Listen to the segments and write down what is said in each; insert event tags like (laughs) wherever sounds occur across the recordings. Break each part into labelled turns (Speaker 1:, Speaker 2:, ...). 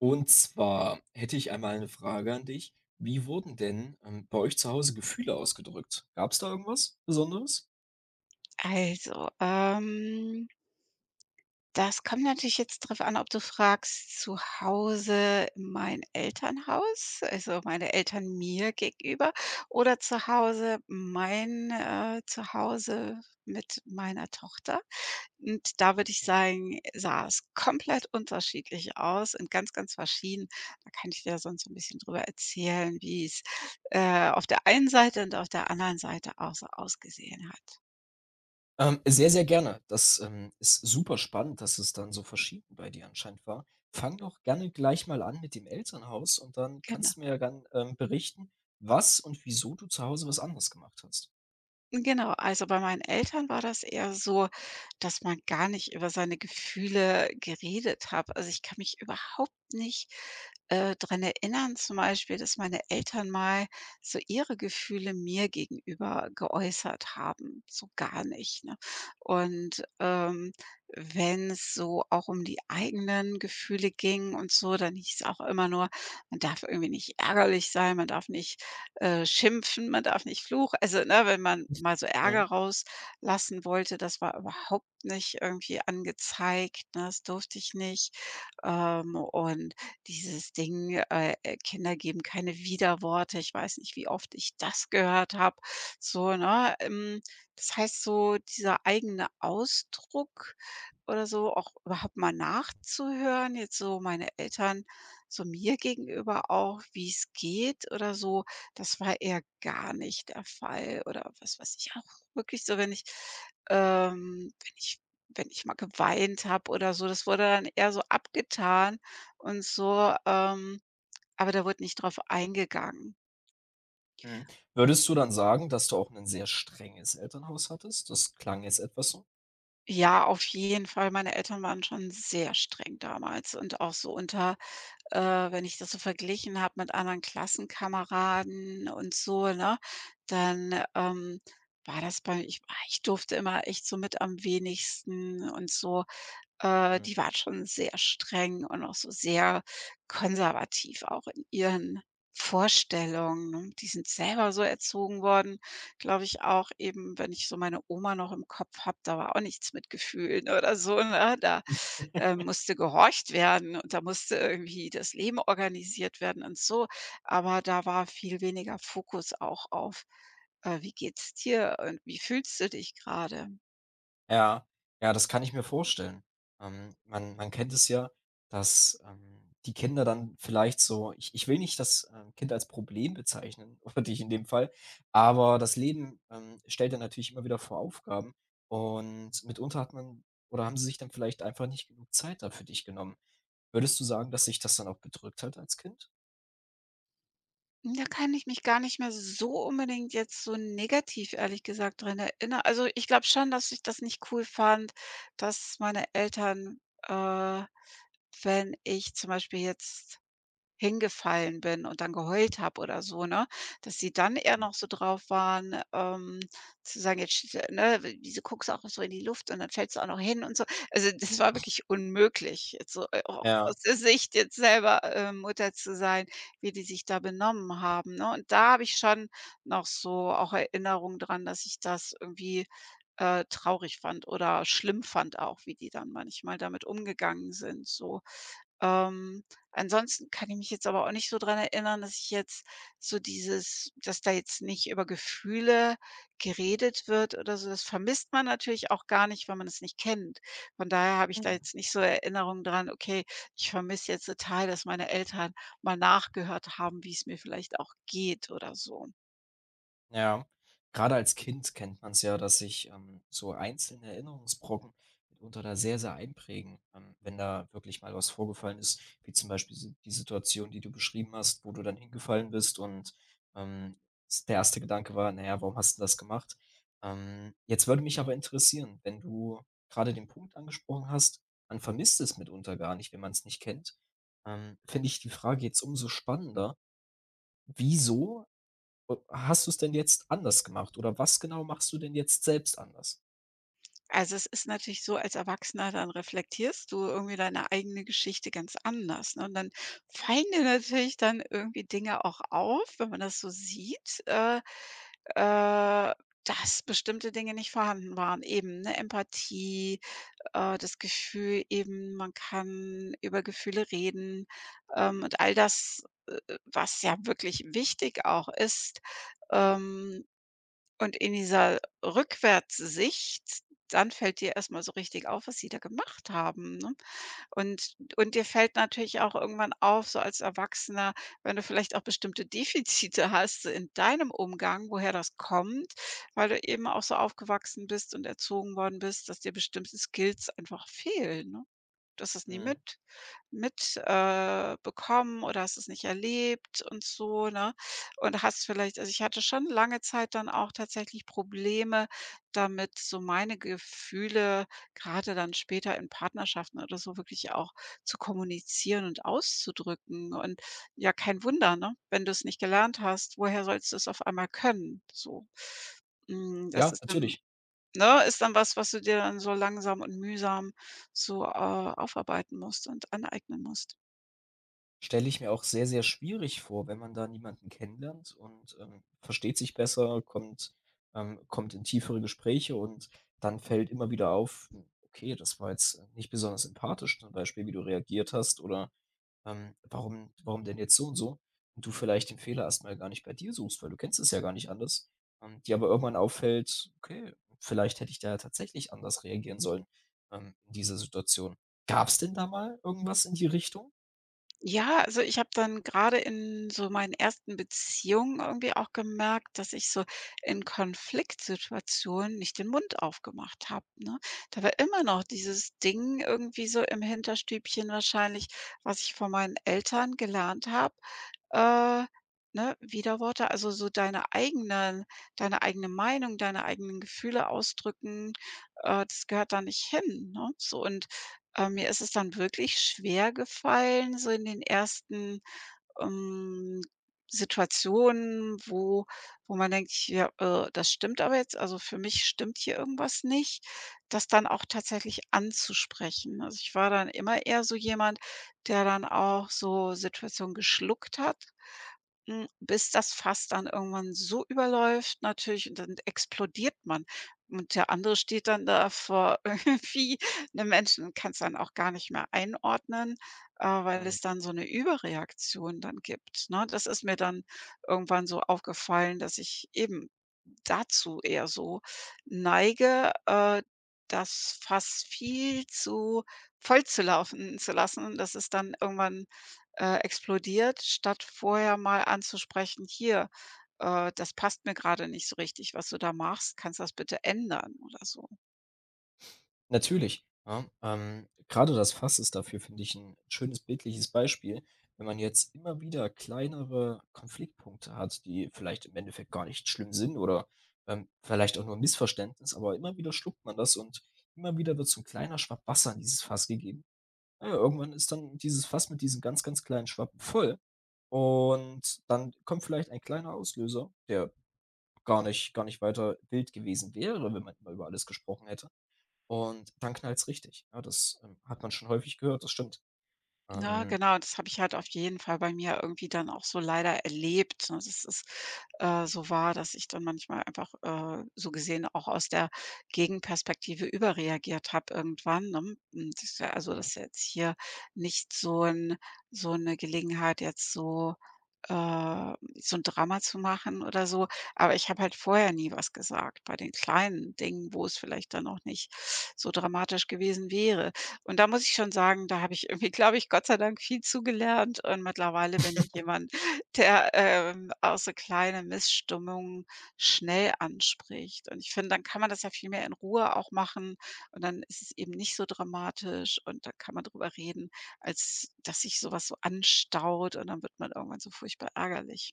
Speaker 1: Und zwar hätte ich einmal eine Frage an dich. Wie wurden denn, bei euch zu Hause Gefühle ausgedrückt? Gab es da irgendwas Besonderes?
Speaker 2: Also, ähm, Das kommt natürlich jetzt drauf an, ob du fragst, zu Hause mein Elternhaus, also meine Eltern mir gegenüber oder zu Hause mein, Zuhause mit meiner Tochter. Und da würde ich
Speaker 1: Mhm.
Speaker 2: sagen, sah es komplett unterschiedlich aus und ganz, ganz verschieden. Da kann ich dir sonst so 'n bisschen drüber erzählen, auf der einen Seite und auf der anderen Seite auch so ausgesehen hat.
Speaker 1: Sehr, sehr gerne. Das ist super spannend, dass es dann so verschieden bei dir anscheinend war. Fang doch gerne gleich mal an mit dem Elternhaus und dann
Speaker 2: Genau.
Speaker 1: kannst du mir ja dann, berichten, was und wieso du zu Hause was anderes gemacht hast.
Speaker 2: Genau, also bei meinen Eltern war das eher so, dass man gar nicht über seine Gefühle geredet hat. Also, ich kann mich überhaupt nicht dran erinnern zum Beispiel, dass meine Eltern mal so ihre Gefühle mir gegenüber geäußert haben, so gar nicht, ne? Und, ähm, Wenn es so auch um die eigenen Gefühle ging und so, dann hieß es auch immer nur, man darf irgendwie nicht ärgerlich sein, man darf nicht schimpfen, man darf nicht fluchen. Also, ne, wenn man mal so Ärger
Speaker 1: Mhm,
Speaker 2: rauslassen wollte, das war überhaupt nicht irgendwie angezeigt, ne? Das durfte ich nicht. Und dieses Ding, Kinder geben keine Widerworte. Ich weiß nicht, wie oft ich das gehört habe. So, ne? Das heißt so, dieser eigene Ausdruck oder so, auch überhaupt mal nachzuhören, jetzt so meine Eltern so mir gegenüber auch, wie es geht oder so, das war eher gar nicht der Fall, oder was weiß ich auch wirklich so, wenn ich wenn ich mal geweint habe oder so, das wurde dann eher so abgetan und so, aber da wurde nicht drauf eingegangen.
Speaker 1: mhm. Würdest du dann sagen, dass du auch ein sehr strenges Elternhaus hattest? Das klang jetzt etwas so.
Speaker 2: Ja, auf jeden Fall. Meine Eltern waren schon sehr streng damals und auch so unter äh, wenn ich das so verglichen habe mit anderen Klassenkameraden und so, ne, dann, ähm, war das bei ich durfte immer echt so mit am wenigsten und so. Äh,
Speaker 1: Mhm.
Speaker 2: die waren schon sehr streng und auch so sehr konservativ auch in ihren Vorstellungen, ne? Die sind selber so erzogen worden, glaube ich auch eben, wenn ich so meine Oma noch im Kopf habe, da war auch nichts mit Gefühlen oder so, ne? Da musste gehorcht werden und da musste irgendwie das Leben organisiert werden und so. Aber da war viel weniger Fokus auch auf wie geht's dir und wie fühlst du dich gerade.
Speaker 1: Ja, ja, das kann ich mir vorstellen. Man kennt es ja, dass die Kinder dann vielleicht so ich will nicht das, Kind als Problem bezeichnen (laughs) oder dich in dem Fall, aber das Leben, stellt einen natürlich immer wieder vor Aufgaben, und mitunter hat man oder haben sie sich dann vielleicht einfach nicht genug Zeit da für dich genommen. Würdest du sagen, dass sich das dann auch bedrückt hat als Kind?
Speaker 2: Da kann ich mich gar nicht mehr so unbedingt jetzt so negativ, ehrlich gesagt, dran erinnern. Also, ich glaube schon, dass ich das nicht cool fand, dass meine Eltern, äh, wenn ich zum Beispiel jetzt hingefallen bin und dann geheult habe oder so, ne? Dass sie dann eher
Speaker 1: Mhm.
Speaker 2: noch so drauf waren, zu sagen: „Jetzt sch ne, wieso guckst du auch so in die Luft und dann fällst du auch noch hin“ und so. Also, das war wirklich unmöglich, jetzt so, auch aus
Speaker 1: Ja.
Speaker 2: der Sicht jetzt selber, Mutter zu sein, wie die sich da benommen haben, ne? Und da habe ich schon noch so auch Erinnerungen dran, dass ich das irgendwie traurig fand oder schlimm fand auch, wie die dann manchmal damit umgegangen sind, so. Ähm, ansonsten kann ich mich jetzt aber auch nicht so dran erinnern, dass ich jetzt so dieses, dass da jetzt nicht über Gefühle geredet wird oder so. Das vermisst man natürlich auch gar nicht, weil man es nicht kennt. Von daher habe ich da
Speaker 1: Mhm.
Speaker 2: jetzt nicht so Erinnerungen dran: „Okay, ich vermisse jetzt total, dass meine Eltern mal nachgehört haben, wie es mir vielleicht auch geht“, oder so.
Speaker 1: Ja, gerade als Kind kennt man es ja, dass sich, so einzelne Erinnerungsbrocken mitunter da sehr, sehr einprägen, wenn da wirklich mal was vorgefallen ist, wie zum Beispiel si die Situation, die du beschrieben hast, wo du dann hingefallen bist und, ähm, s der erste Gedanke war: „Naja, warum hast du das gemacht?“ Jetzt würde mich aber interessieren, wenn du gerade den Punkt angesprochen hast, man vermisst es mitunter gar nicht, wenn man es nicht kennt, finde ich die Frage jetzt umso spannender. Wieso O hast du's denn jetzt anders gemacht oder was genau machst du denn jetzt selbst anders?
Speaker 2: Also, es ist natürlich so, als Erwachsener, dann reflektierst du irgendwie deine eigene Geschichte ganz anders, ne? Und dann fallen dir natürlich dann irgendwie Dinge auch auf, wenn man das so sieht, äh, dass bestimmte Dinge nicht vorhanden waren. Eben, ne, Empathie, das Gefühl eben, man kann über Gefühle reden, und all das, was ja wirklich wichtig auch ist, ähm und in dieser Rückwärtssicht, dann fällt dir erst mal so richtig auf, was sie da gemacht haben, ne? Und dir fällt natürlich auch irgendwann auf, so als Erwachsener, wenn du vielleicht auch bestimmte Defizite hast so in deinem Umgang, woher das kommt, weil du eben auch so aufgewachsen bist und erzogen worden bist, dass dir bestimmte Skills einfach fehlen, ne? Du hast es nie
Speaker 1: Mhm.
Speaker 2: mit bekommen oder hast es nicht erlebt und so, ne? Und hast vielleicht also, ich hatte schon lange Zeit dann auch tatsächlich Probleme damit, so meine Gefühle gerade dann später in Partnerschaften oder so wirklich auch zu kommunizieren und auszudrücken. Und ja, kein Wunder, ne, wenn du es nicht gelernt hast, woher sollst du es auf einmal können, so? Hm, das
Speaker 1: Ja,
Speaker 2: ist dann,
Speaker 1: natürlich.
Speaker 2: ne, ist dann was, was du dir dann so langsam und mühsam so aufarbeiten musst und aneignen musst.
Speaker 1: Stelle ich mir auch sehr, sehr schwierig vor, wenn man da niemanden kennenlernt und, versteht sich besser, kommt kommt in tiefere Gespräche und dann fällt immer wieder auf: hm, „Okay, das war jetzt nicht besonders empathisch“, zum Beispiel, wie du reagiert hast, oder warum denn jetzt so und so? Und du vielleicht den Fehler erst mal gar nicht bei dir suchst, weil du kennst es ja gar nicht anders. Und dir aber irgendwann auffällt: „Okay, vielleicht hätte ich da ja tatsächlich anders reagieren sollen, in dieser Situation.“ Gab's denn da mal irgendwas in die Richtung?
Speaker 2: Ja, also ich habe dann gerade in so meinen ersten Beziehungen irgendwie auch gemerkt, dass ich so in Konfliktsituationen nicht den Mund aufgemacht habe, ne? Da war immer noch dieses Ding irgendwie so im Hinterstübchen wahrscheinlich, was ich von meinen Eltern gelernt habe, äh, ne, Widerworte, also so deine eigene Meinung, deine eigenen Gefühle ausdrücken, das gehört da nicht hin, ne? So und mir ist es dann wirklich schwergefallen, so in den ersten, ähm, Situationen, wo man denkt: „Hier, das stimmt aber jetzt, also, für mich stimmt hier irgendwas nicht“, das dann auch tatsächlich anzusprechen. Also, ich war dann immer eher so jemand, der dann auch so Situationen geschluckt hat, hm, bis das Fass dann irgendwann so überläuft natürlich und dann explodiert man. Und der andere steht dann da vor (laughs) irgendwie 'nem Menschen und kann es dann auch gar nicht mehr einordnen, weil es dann so eine Überreaktion dann gibt, ne? Das ist mir dann irgendwann so aufgefallen, dass ich eben dazu eher so neige, das Fass viel zu voll zu laufen zu lassen, dass es dann irgendwann explodiert, statt vorher mal anzusprechen: „Hier, das passt mir gerade nicht so richtig, was du da machst. Kannst du das bitte ändern?“ oder so.
Speaker 1: Natürlich. Ja, grade das Fass ist dafür, finde ich, ein schönes bildliches Beispiel. Wenn man jetzt immer wieder kleinere Konfliktpunkte hat, die vielleicht im Endeffekt gar nicht schlimm sind, oder, vielleicht auch nur ein Missverständnis, aber immer wieder schluckt man das, und immer wieder wird so 'n kleiner Schwapp Wasser in dieses Fass gegeben. Na ja, irgendwann ist dann dieses Fass mit diesen ganz, ganz kleinen Schwappen voll, und dann kommt vielleicht ein kleiner Auslöser, der gar nicht weiter wild gewesen wäre, wenn man immer über alles gesprochen hätte. Und dann knallt's richtig. Ja, das, hat man schon häufig gehört, das stimmt.
Speaker 2: Na,
Speaker 1: Ähm,
Speaker 2: Genau, das habe ich halt auf jeden Fall bei mir irgendwie dann auch so leider erlebt, ne? Das ist So war, dass ich dann manchmal einfach so gesehen auch aus der Gegenperspektive überreagiert habe irgendwann, ne? Das
Speaker 1: mhm,
Speaker 2: ist ja jetzt hier nicht so 'n so 'ne Gelegenheit, jetzt äh so ein Drama zu machen oder so. Aber ich habe halt vorher nie was gesagt bei den kleinen Dingen, wo es vielleicht dann auch nicht so dramatisch gewesen wäre. Und da muss ich schon sagen, da habe ich irgendwie, glaube ich, Gott sei Dank viel zugelernt und mittlerweile bin ich jemand, der auch so kleine Missstimmungen schnell anspricht. Und ich finde, dann kann man das ja viel mehr in Ruhe auch machen und dann ist es eben nicht so dramatisch und dann kann man drüber reden, als dass sich sowas so anstaut und dann wird man irgendwann so furchtbar ärgerlich.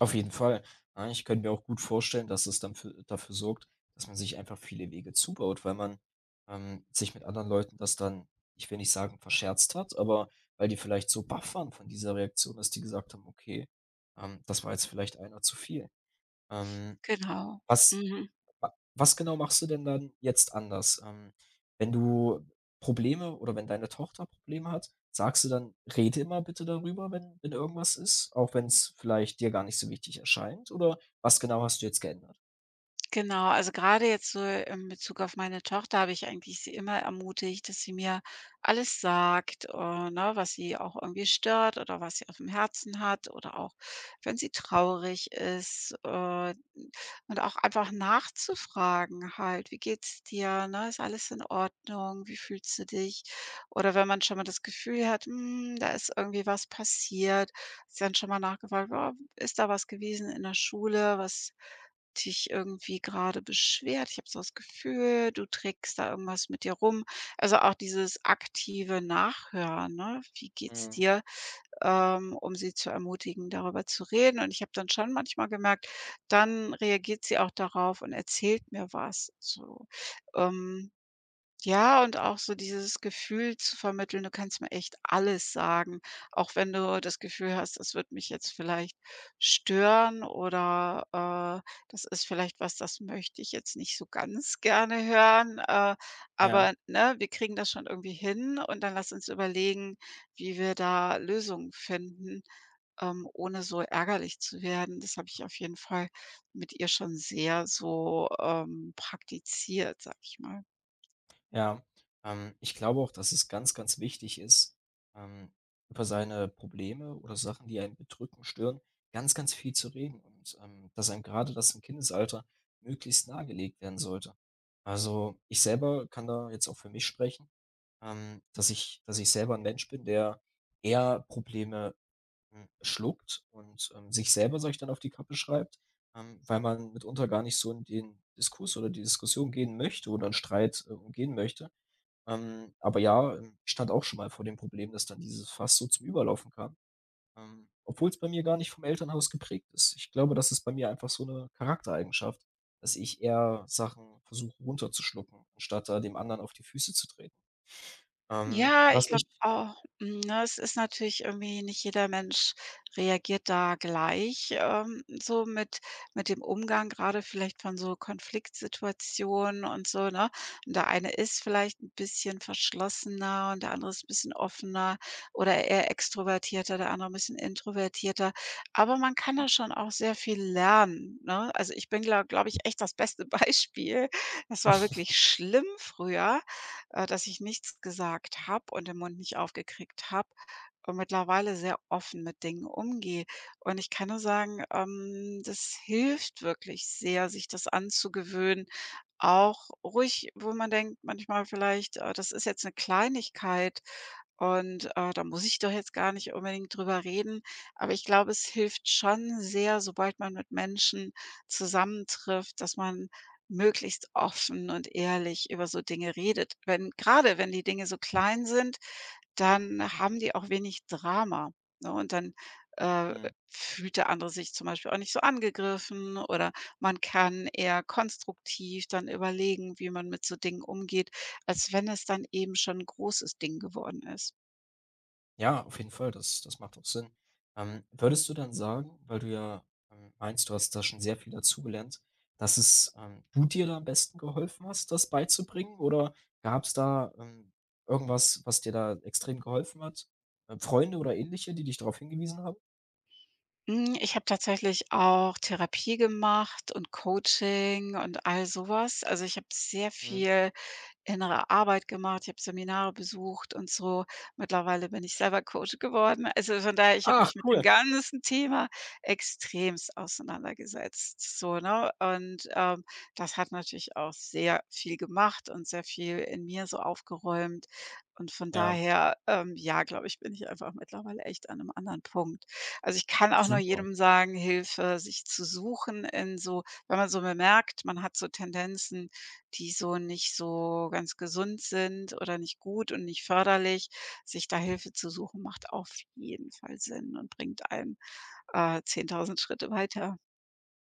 Speaker 1: auf jeden Fall. Ja, ich könnte mir auch gut vorstellen, dass es dann für dafür sorgt, dass man sich einfach viele Wege zubaut, weil man, sich mit anderen Leuten das dann, ich will nicht sagen, verscherzt hat, aber weil die vielleicht so baff waren von dieser Reaktion, dass die gesagt haben: „Okay, das war jetzt vielleicht einer zu viel.“ Ähm,
Speaker 2: Genau.
Speaker 1: was
Speaker 2: Mhm.
Speaker 1: Was genau machst du denn dann jetzt anders? Wenn du Probleme oder wenn deine Tochter Probleme hat, sagst du dann: „Rede immer bitte darüber, wenn irgendwas ist“, auch wenn es vielleicht dir gar nicht so wichtig erscheint? Oder was genau hast du jetzt geändert?
Speaker 2: Genau, also gerade jetzt so in Bezug auf meine Tochter habe ich eigentlich sie immer ermutigt, dass sie mir alles sagt, ne, was sie auch irgendwie stört oder was sie auf dem Herzen hat oder auch, wenn sie traurig ist, und auch einfach nachzufragen halt: „Wie geht's dir, ne? Ist alles in Ordnung? Wie fühlst du dich?“ Oder wenn man schon mal das Gefühl hat, hm, da ist irgendwie was passiert, ist dann schon mal nachgefragt: „Oh, ist da was gewesen in der Schule, was dich irgendwie gerade beschwert. Ich habe so das Gefühl, du trägst da irgendwas mit dir rum. Also, auch dieses aktive Nachhören, ne? Wie geht's
Speaker 1: Mhm,
Speaker 2: dir? Um sie zu ermutigen, darüber zu reden. Und ich habe dann schon manchmal gemerkt, dann reagiert sie auch darauf und erzählt mir was so. Ähm, ja, und auch so dieses Gefühl zu vermitteln, du kannst mir echt alles sagen, auch wenn du das Gefühl hast, das wird mich jetzt vielleicht stören oder das ist vielleicht was, das möchte ich jetzt nicht so ganz gerne hören,
Speaker 1: ja.
Speaker 2: aber, ne, wir kriegen das schon irgendwie hin und dann lass uns überlegen, wie wir da Lösungen finden, ohne so ärgerlich zu werden. Das habe ich auf jeden Fall mit ihr schon sehr so praktiziert, sag ich mal.
Speaker 1: Ja, ich glaube auch, dass es ganz, ganz wichtig ist, ähm, über seine Probleme oder Sachen, die einen bedrücken, stören, ganz, ganz viel zu reden, und dass einem gerade das im Kindesalter möglichst nahegelegt werden sollte. Also ich selber kann da jetzt auch für mich sprechen, dass ich selber ein Mensch bin, der eher Probleme, hm, schluckt, und sich selber, sag ich, dann auf die Kappe schreibt, weil man mitunter gar nicht so in den Diskurs oder die Diskussion gehen möchte oder einen Streit umgehen möchte. Aber ja, ich stand auch schon mal vor dem Problem, dass dann dieses Fass so zum Überlaufen kam, obwohl es bei mir gar nicht vom Elternhaus geprägt ist. Ich glaube, das ist bei mir einfach so eine Charaktereigenschaft, dass ich eher Sachen versuche runterzuschlucken, anstatt da dem anderen auf die Füße zu treten.
Speaker 2: Ja, ich
Speaker 1: Was mich
Speaker 2: glaube auch, hm, ne, es ist natürlich irgendwie nicht jeder Mensch reagiert da gleich, so mit dem Umgang gerade vielleicht von so Konfliktsituationen und so, ne? Und der eine ist vielleicht ein bisschen verschlossener und der andere ist ein bisschen offener oder eher extrovertierter, der andere ein bisschen introvertierter. Aber man kann
Speaker 1: mhm,
Speaker 2: da schon auch sehr viel lernen, ne? Also, ich bin, glaub ich, echt das beste (laughs) Beispiel. Das war wirklich schlimm früher, dass ich nichts gesagt habe und den Mund nicht aufgekriegt habe und mittlerweile sehr offen mit Dingen umgehe. Und ich kann nur sagen, das hilft wirklich sehr, sich das anzugewöhnen. Auch ruhig, wo man denkt, manchmal vielleicht, das ist jetzt eine Kleinigkeit und da muss ich doch jetzt gar nicht unbedingt drüber reden. Aber ich glaube, es hilft schon sehr, sobald man mit Menschen zusammentrifft, dass man möglichst offen und ehrlich über so Dinge redet. Wenn gerade wenn die Dinge so klein sind, dann haben die auch wenig Drama, ne? Und dann, äh,
Speaker 1: mhm.
Speaker 2: fühlt der andere sich zum Beispiel auch nicht so angegriffen oder man kann eher konstruktiv dann überlegen, wie man mit so Dingen umgeht, als wenn es dann eben schon 'n großes Ding geworden ist.
Speaker 1: Ja, auf jeden Fall, das macht auch Sinn. Würdest du dann sagen, weil du ja, meinst, du hast da schon sehr viel dazugelernt, dass es, du dir da am besten geholfen hast, das beizubringen? Oder gab es da, irgendwas, was dir da extrem geholfen hat? Freunde oder Ähnliche, die dich darauf hingewiesen haben?
Speaker 2: Hm, ich habe tatsächlich auch Therapie gemacht und Coaching und all sowas. Also, ich habe sehr
Speaker 1: Mhm.
Speaker 2: viel innere Arbeit gemacht, ich habe Seminare besucht und so. Mittlerweile bin ich selber Coach geworden. Also, von daher, ich habe
Speaker 1: Ach,
Speaker 2: mich mit dem
Speaker 1: cool.
Speaker 2: ganzen Thema extremst auseinandergesetzt, so, ne? Das hat natürlich auch sehr viel gemacht und sehr viel in mir so aufgeräumt. Und von
Speaker 1: Ja,
Speaker 2: daher, ja, glaube ich, bin ich einfach mittlerweile echt an einem anderen Punkt. Also, ich kann auch nur
Speaker 1: super.
Speaker 2: jedem sagen, Hilfe sich zu suchen in so, wenn man so bemerkt, man hat so Tendenzen die so nicht so ganz gesund sind oder nicht gut und nicht förderlich. Sich da Hilfe zu suchen, macht auf jeden Fall Sinn und bringt einen 10.000 Schritte weiter.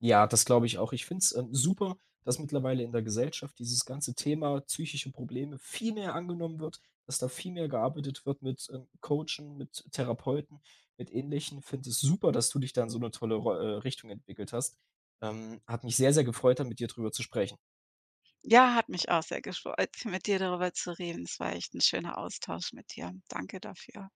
Speaker 1: Ja, das glaube ich auch. Ich finde es, super, dass mittlerweile in der Gesellschaft dieses ganze Thema psychische Probleme viel mehr angenommen wird, dass da viel mehr gearbeitet wird mit, Coachen, mit Therapeuten, mit Ähnlichen. Finde es super, dass du dich da in so eine tolle Rol Richtung entwickelt hast. Hat mich sehr, sehr gefreut, da mit dir drüber zu sprechen.
Speaker 2: Ja, hat mich auch sehr gefreut, mit dir darüber zu reden. Es war echt ein schöner Austausch mit dir. Danke dafür.